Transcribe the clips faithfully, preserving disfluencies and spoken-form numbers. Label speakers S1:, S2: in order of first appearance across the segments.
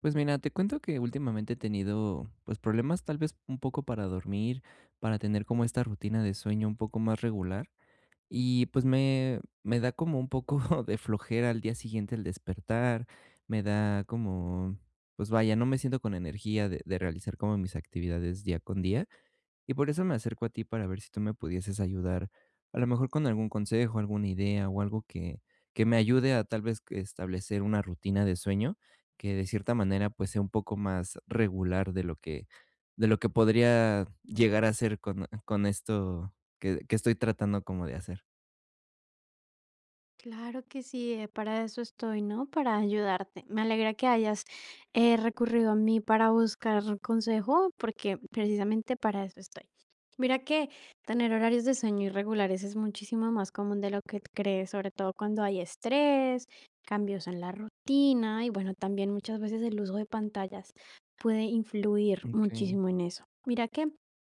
S1: Pues mira, te cuento que últimamente he tenido, pues, problemas tal vez un poco para dormir, para tener como esta rutina de sueño un poco más regular. Y pues me, me da como un poco de flojera al día siguiente el despertar, me da como, pues vaya, no me siento con energía de, de realizar como mis actividades día con día. Y por eso me acerco a ti para ver si tú me pudieses ayudar, a lo mejor con algún consejo, alguna idea o algo que, que me ayude a tal vez que establecer una rutina de sueño que de cierta manera pues sea un poco más regular de lo que, de lo que podría llegar a ser con, con esto que, que estoy tratando como de hacer.
S2: Claro que sí, eh, para eso estoy, ¿no? Para ayudarte. Me alegra que hayas eh, recurrido a mí para buscar consejo, porque precisamente para eso estoy. Mira que tener horarios de sueño irregulares es muchísimo más común de lo que crees, sobre todo cuando hay estrés, cambios en la rutina y bueno, también muchas veces el uso de pantallas puede influir
S1: Ok.
S2: muchísimo en eso. Mira que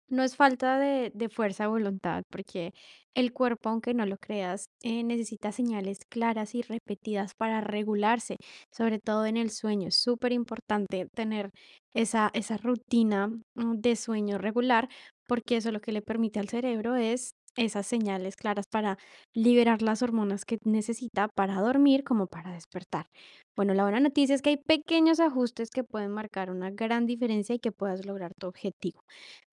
S2: no es falta de, de fuerza de voluntad, porque el cuerpo, aunque no lo creas, eh, necesita señales claras y repetidas para regularse, sobre todo en el sueño. Es súper importante tener esa, esa rutina mm, de sueño regular, porque eso lo que le permite al cerebro es esas señales claras para liberar las hormonas que necesita para dormir como para despertar. Bueno, la buena noticia es que hay pequeños ajustes que pueden marcar una gran diferencia y que puedas lograr tu objetivo.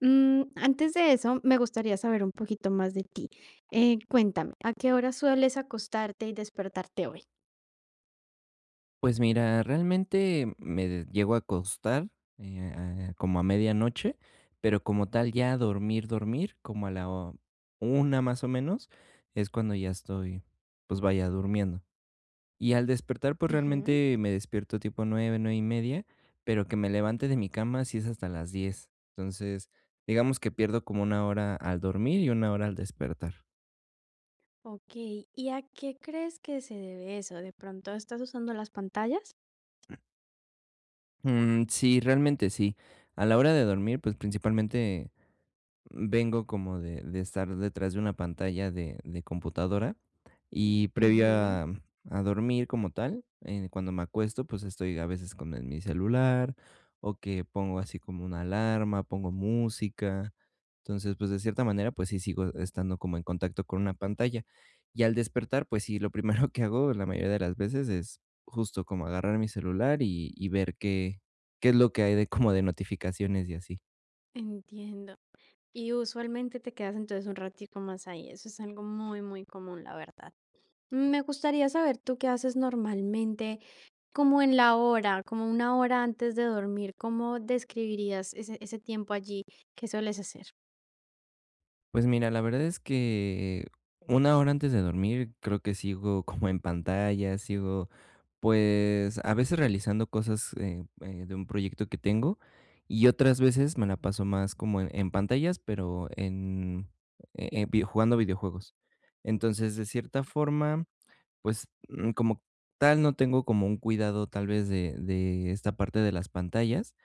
S2: Mm, antes de eso, me gustaría saber un poquito más de ti. Eh, cuéntame, ¿a qué hora sueles acostarte y despertarte hoy?
S1: Pues mira, realmente me de- llego a acostar, eh, ah, como a medianoche, pero como tal ya dormir, dormir, como a la o una más o menos, es cuando ya estoy, pues vaya, durmiendo. Y al despertar, pues
S2: Ujú.
S1: realmente me despierto tipo nueve, nueve y media, pero que me levante de mi cama sí es hasta las diez. Entonces, digamos que pierdo como una hora al dormir y una hora al despertar.
S2: Ok, ¿y a qué crees que se debe eso? ¿De pronto estás usando las pantallas?
S1: Mm, sí, realmente sí. A la hora de dormir, pues principalmente vengo como de, de estar detrás de una pantalla de, de computadora y previo
S2: Ujú.
S1: a, a dormir como tal, eh, cuando me acuesto, pues estoy a veces con el- mi celular o que pongo así como una alarma, pongo música. Entonces, pues de cierta manera, pues sí sigo estando como en contacto con una pantalla. Y al despertar, pues sí, lo primero que hago la mayoría de las veces es justo como agarrar mi celular y, y ver qué, qué es lo que hay de como de notificaciones y así.
S2: Entiendo. Y usualmente te quedas entonces un ratico más ahí. Eso es algo muy, muy común, la verdad. Me gustaría saber tú qué haces normalmente, como en la hora, como una hora antes de dormir. ¿Cómo describirías ese, ese tiempo allí? ¿Qué sueles hacer?
S1: Pues mira, la verdad es que una hora antes de dormir creo que sigo como en pantalla, sigo pues a veces realizando cosas eh, eh, de un proyecto que tengo y otras veces me la paso más como en, en pantallas, pero en, eh, eh, vi- jugando videojuegos. Entonces, de cierta forma, pues mm, como tal no tengo como un cuidado tal vez de, de esta parte de las pantallas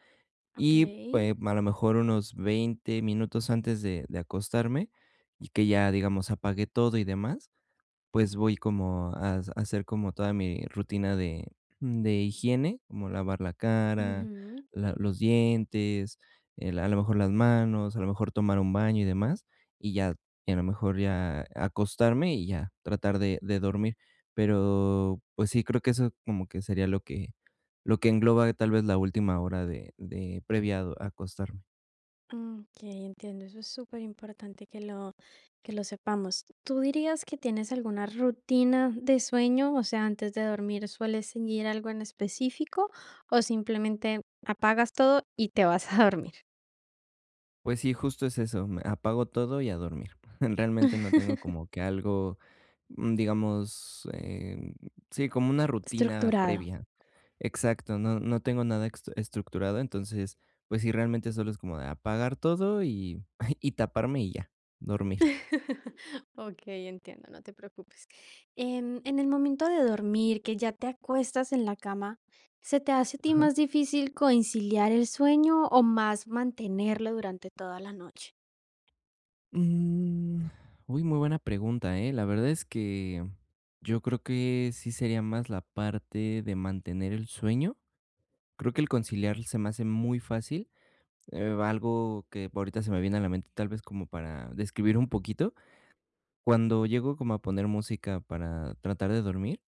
S2: Ok.
S1: y pues, a lo mejor unos veinte minutos antes de de acostarme, y que ya, digamos, apague todo y demás, pues voy como a s- a hacer como toda mi rutina de de higiene, como lavar la cara,
S2: Ujú.
S1: la los dientes, el a lo mejor las manos, a lo mejor tomar un baño y demás, y ya, y a lo mejor ya acostarme y ya tratar de de dormir. Pero, pues sí, creo que eso como que sería lo que lo que engloba tal vez la última hora de de previa a do a acostarme.
S2: Mm, Ok, entiendo, eso es súper importante que lo, que lo sepamos. ¿Tú dirías que tienes alguna rutina de sueño? O sea, antes de dormir, ¿sueles seguir algo en específico o simplemente apagas todo y te vas a dormir?
S1: Pues sí, justo es eso, me apago todo y a dormir. Realmente no tengo como que algo, mm, digamos, em, sí, como una rutina
S2: Estructurado.
S1: previa. Exacto, no, no tengo nada ex- estructurado, entonces, pues sí, realmente solo es como de apagar todo y, y taparme y ya, dormir.
S2: Ok, entiendo, no te preocupes. Em, en el momento de dormir, que ya te acuestas en la cama, ¿se te hace a ti
S1: Ajá.
S2: más difícil conciliar el sueño o más mantenerlo durante toda la noche?
S1: Mm, uy, muy buena pregunta, ¿eh? La verdad es que yo creo que sí sería más la parte de mantener el sueño. Creo que el conciliar se me hace muy fácil. Eh, algo que ahorita se me viene a la mente, tal vez como para describir un poquito. Cuando llego como a poner música para tratar de dormir,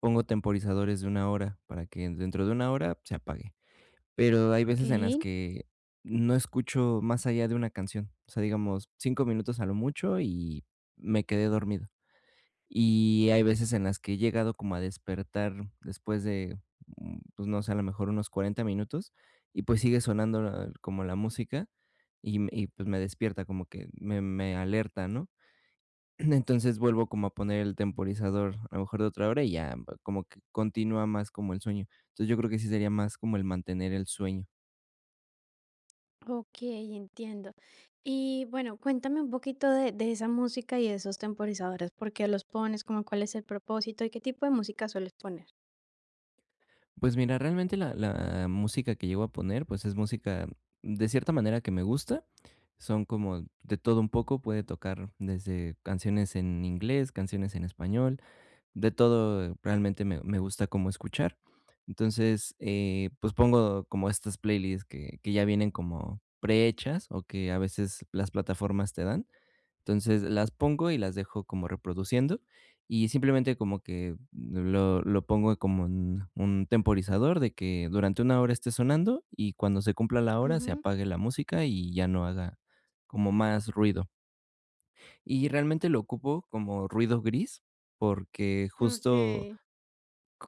S1: pongo temporizadores de una hora para que dentro de una hora se apague. Pero hay
S2: Ok.
S1: veces en las que no escucho más allá de una canción. O sea, digamos, cinco minutos a lo mucho y me quedé dormido. Y hay veces en las que he llegado como a despertar después de, mm, pues, no sé, a lo mejor unos cuarenta minutos, y pues sigue sonando la como la música, y me y pues me despierta, como que me me alerta, ¿no? Entonces vuelvo como a poner el temporizador, a lo mejor de otra hora, y ya va- como que continúa más como el sueño. Entonces, yo creo que sí sería más como el mantener el sueño.
S2: Ok, entiendo. Y bueno, cuéntame un poquito de, de esa música y de esos temporizadores, por qué los pones, como cuál es el propósito y qué tipo de música sueles poner.
S1: Pues mira, realmente la la música que llego a poner, pues es música de cierta manera que me gusta. Son como de todo un poco, puede tocar desde canciones en inglés, canciones en español, de todo realmente me me gusta como escuchar. Entonces, eh, pues pongo como estas playlists que que ya vienen como prehechas o que a veces las plataformas te dan. Entonces, las pongo y las dejo como reproduciendo, y simplemente como que lo lo pongo como en un temporizador de que durante una hora esté sonando, y cuando se cumpla la hora se
S2: Ujú.
S1: apague la música y ya no haga como más ruido. Y realmente lo ocupo como ruido gris, porque justo
S2: Ok.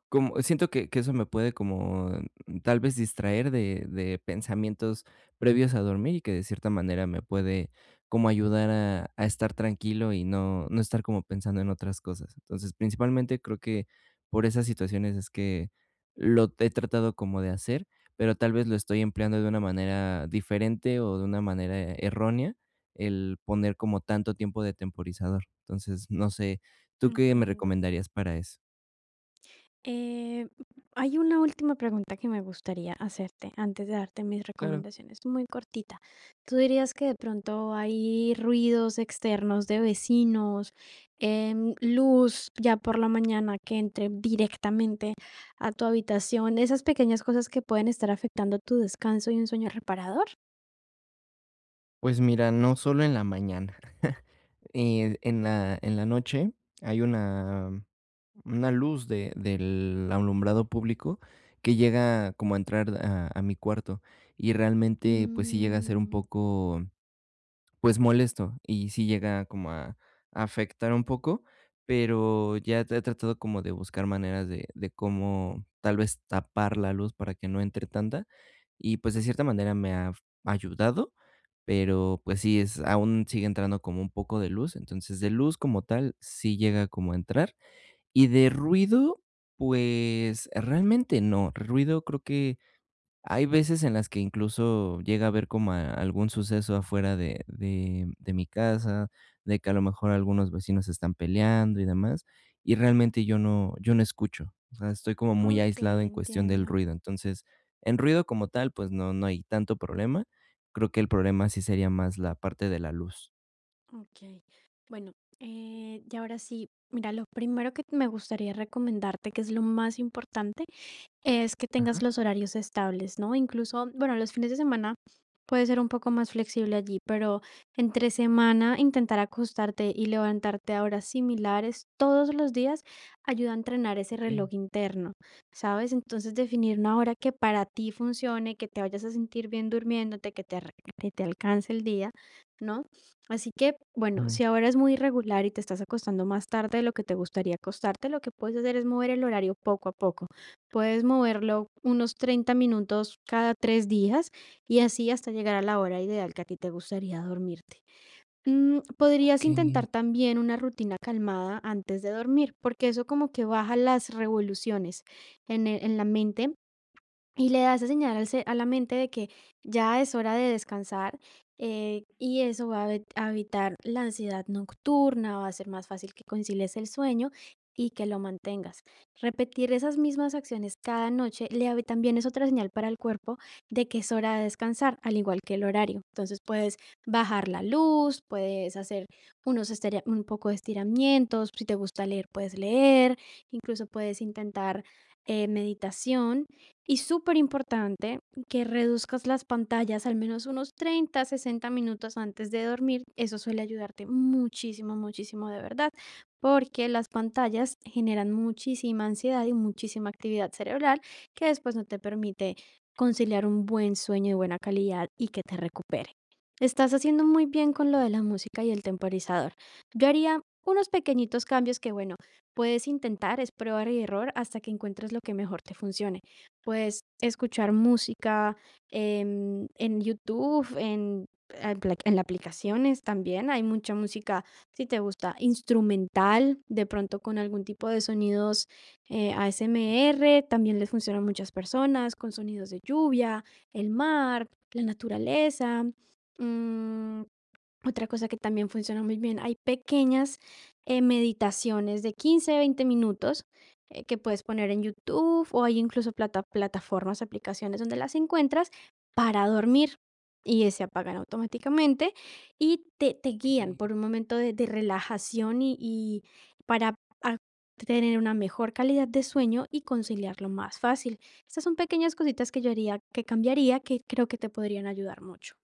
S1: como siento que que eso me puede como, mm, tal vez, distraer de de pensamientos previos a dormir, y que de cierta manera me puede como ayudar a a estar tranquilo y no no estar como pensando en otras cosas. Entonces, principalmente, creo que por esas situaciones es que lo he tratado como de hacer, pero tal vez lo estoy empleando de una manera diferente o de una manera errónea, el poner como tanto tiempo de temporizador. Entonces, no sé, ¿tú qué me
S2: Entiendo.
S1: recomendarías para eso?
S2: Eh, Hay una última pregunta que me gustaría hacerte antes de darte mis
S1: Claro.
S2: recomendaciones, muy cortita. ¿Tú dirías que de pronto hay ruidos externos de vecinos, em, luz ya por la mañana que entre directamente a tu habitación, esas pequeñas cosas que pueden estar afectando tu descanso y un sueño reparador?
S1: Pues mira, no solo en la mañana. Eh, en la, en la noche hay una, una luz de, del alumbrado público que llega como a entrar a, a mi cuarto y realmente pues sí llega a ser un
S2: Mm,
S1: poco pues molesto y sí llega como a, a afectar un poco, pero ya he tratado como de buscar maneras de, de cómo tal vez tapar la luz para que no entre tanta y pues de cierta manera me ha ayudado, pero pues sí, es, aún sigue entrando como un poco de luz, entonces de luz como tal sí llega como a entrar y de ruido, pues realmente no, ruido creo que hay veces en las que incluso llega a haber como a algún suceso afuera de de de mi casa, de que a lo mejor algunos vecinos están peleando y demás, y realmente yo no yo no escucho. O sea, estoy como muy
S2: Ok,
S1: aislado en cuestión del
S2: entiendo.
S1: ruido. Entonces, en ruido como tal, pues no no hay tanto problema. Creo que el problema sí sería más la parte de la luz.
S2: Ok, bueno, eh, y ahora sí, mira, lo primero que me gustaría recomendarte, que es lo más importante, es que tengas
S1: Ajá.
S2: los horarios estables, ¿no? Incluso, bueno, los fines de semana puede ser un poco más flexible allí, pero entre semana intentar acostarte y levantarte a horas similares todos los días ayuda a entrenar ese
S1: Okey.
S2: reloj interno, ¿sabes? Entonces definir una hora que para ti funcione, que te vayas a sentir bien durmiéndote, que te, ar- que te alcance el día, ¿no? Así que, bueno,
S1: No.
S2: si ahora es muy irregular y te estás acostando más tarde de lo que te gustaría acostarte, lo que puedes hacer es mover el horario poco a poco. Puedes moverlo unos treinta minutos cada tres días y así hasta llegar a la hora ideal que a ti te gustaría dormirte. Mm, podrías
S1: Okey,
S2: intentar también una rutina calmada antes de dormir, porque eso como que baja las revoluciones en, e- en la mente y le da esa señal al ce a la mente de que ya es hora de descansar, eh, y eso va a e a evitar la ansiedad nocturna, va a ser más fácil que concilies el sueño y que lo mantengas. Repetir esas mismas acciones cada noche le avi también es otra señal para el cuerpo de que es hora de descansar, al igual que el horario. Entonces, puedes bajar la luz, puedes hacer unos estiria un poco de estiramientos, si te gusta leer, puedes leer, incluso puedes intentar, eh, meditación. Y súper importante que reduzcas las pantallas al menos unos treinta, sesenta minutos antes de dormir. Eso suele ayudarte muchísimo, muchísimo de verdad, porque las pantallas generan muchísima ansiedad y muchísima actividad cerebral que después no te permite conciliar un buen sueño de buena calidad y que te recupere. Estás haciendo muy bien con lo de la música y el temporizador. Yo haría unos pequeñitos cambios que, bueno, puedes intentar, es probar y error hasta que encuentres lo que mejor te funcione. Pues, escuchar música, em, en YouTube, en apla en las aplicaciones también hay mucha música, si te gusta, instrumental, de pronto con algún tipo de sonidos, eh, A S M R, también les funciona a muchas personas, con sonidos de lluvia, el mar, la naturaleza. mm. Otra cosa que también funciona muy bien, hay pequeñas, eh, meditaciones de quince, veinte minutos, eh, que puedes poner en YouTube, o hay incluso plata plataformas, aplicaciones donde las encuentras para dormir, y, eh, se apagan automáticamente, y te te guían
S1: okey.
S2: por un momento de de relajación y y para a tener una mejor calidad de sueño y conciliarlo más fácil. Estas son pequeñas cositas que yo haría que cambiaría, que creo que te podrían ayudar mucho.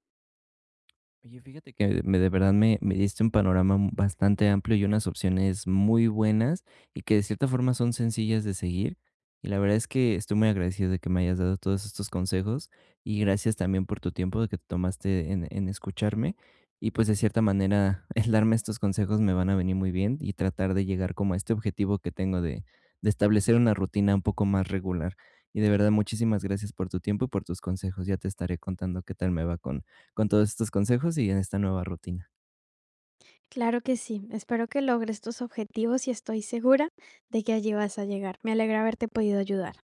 S1: Oye, fíjate que me de verdad me me diste un panorama m- bastante amplio y unas opciones muy buenas, y que de cierta forma son sencillas de seguir. Y la verdad es que estoy muy agradecido de que me hayas dado todos estos consejos, y gracias también por tu tiempo de que te tomaste en en escucharme. Y pues, de cierta manera, el darme estos consejos me van a venir muy bien, y tratar de llegar como a este objetivo que tengo de de establecer una rutina un poco más regular. Y de verdad, muchísimas gracias por tu tiempo y por tus consejos. Ya te estaré contando qué tal me va con con todos estos consejos y en esta nueva rutina.
S2: Claro que sí, espero que logres tus objetivos y estoy segura de que allí vas a llegar. Me alegra haberte podido ayudar.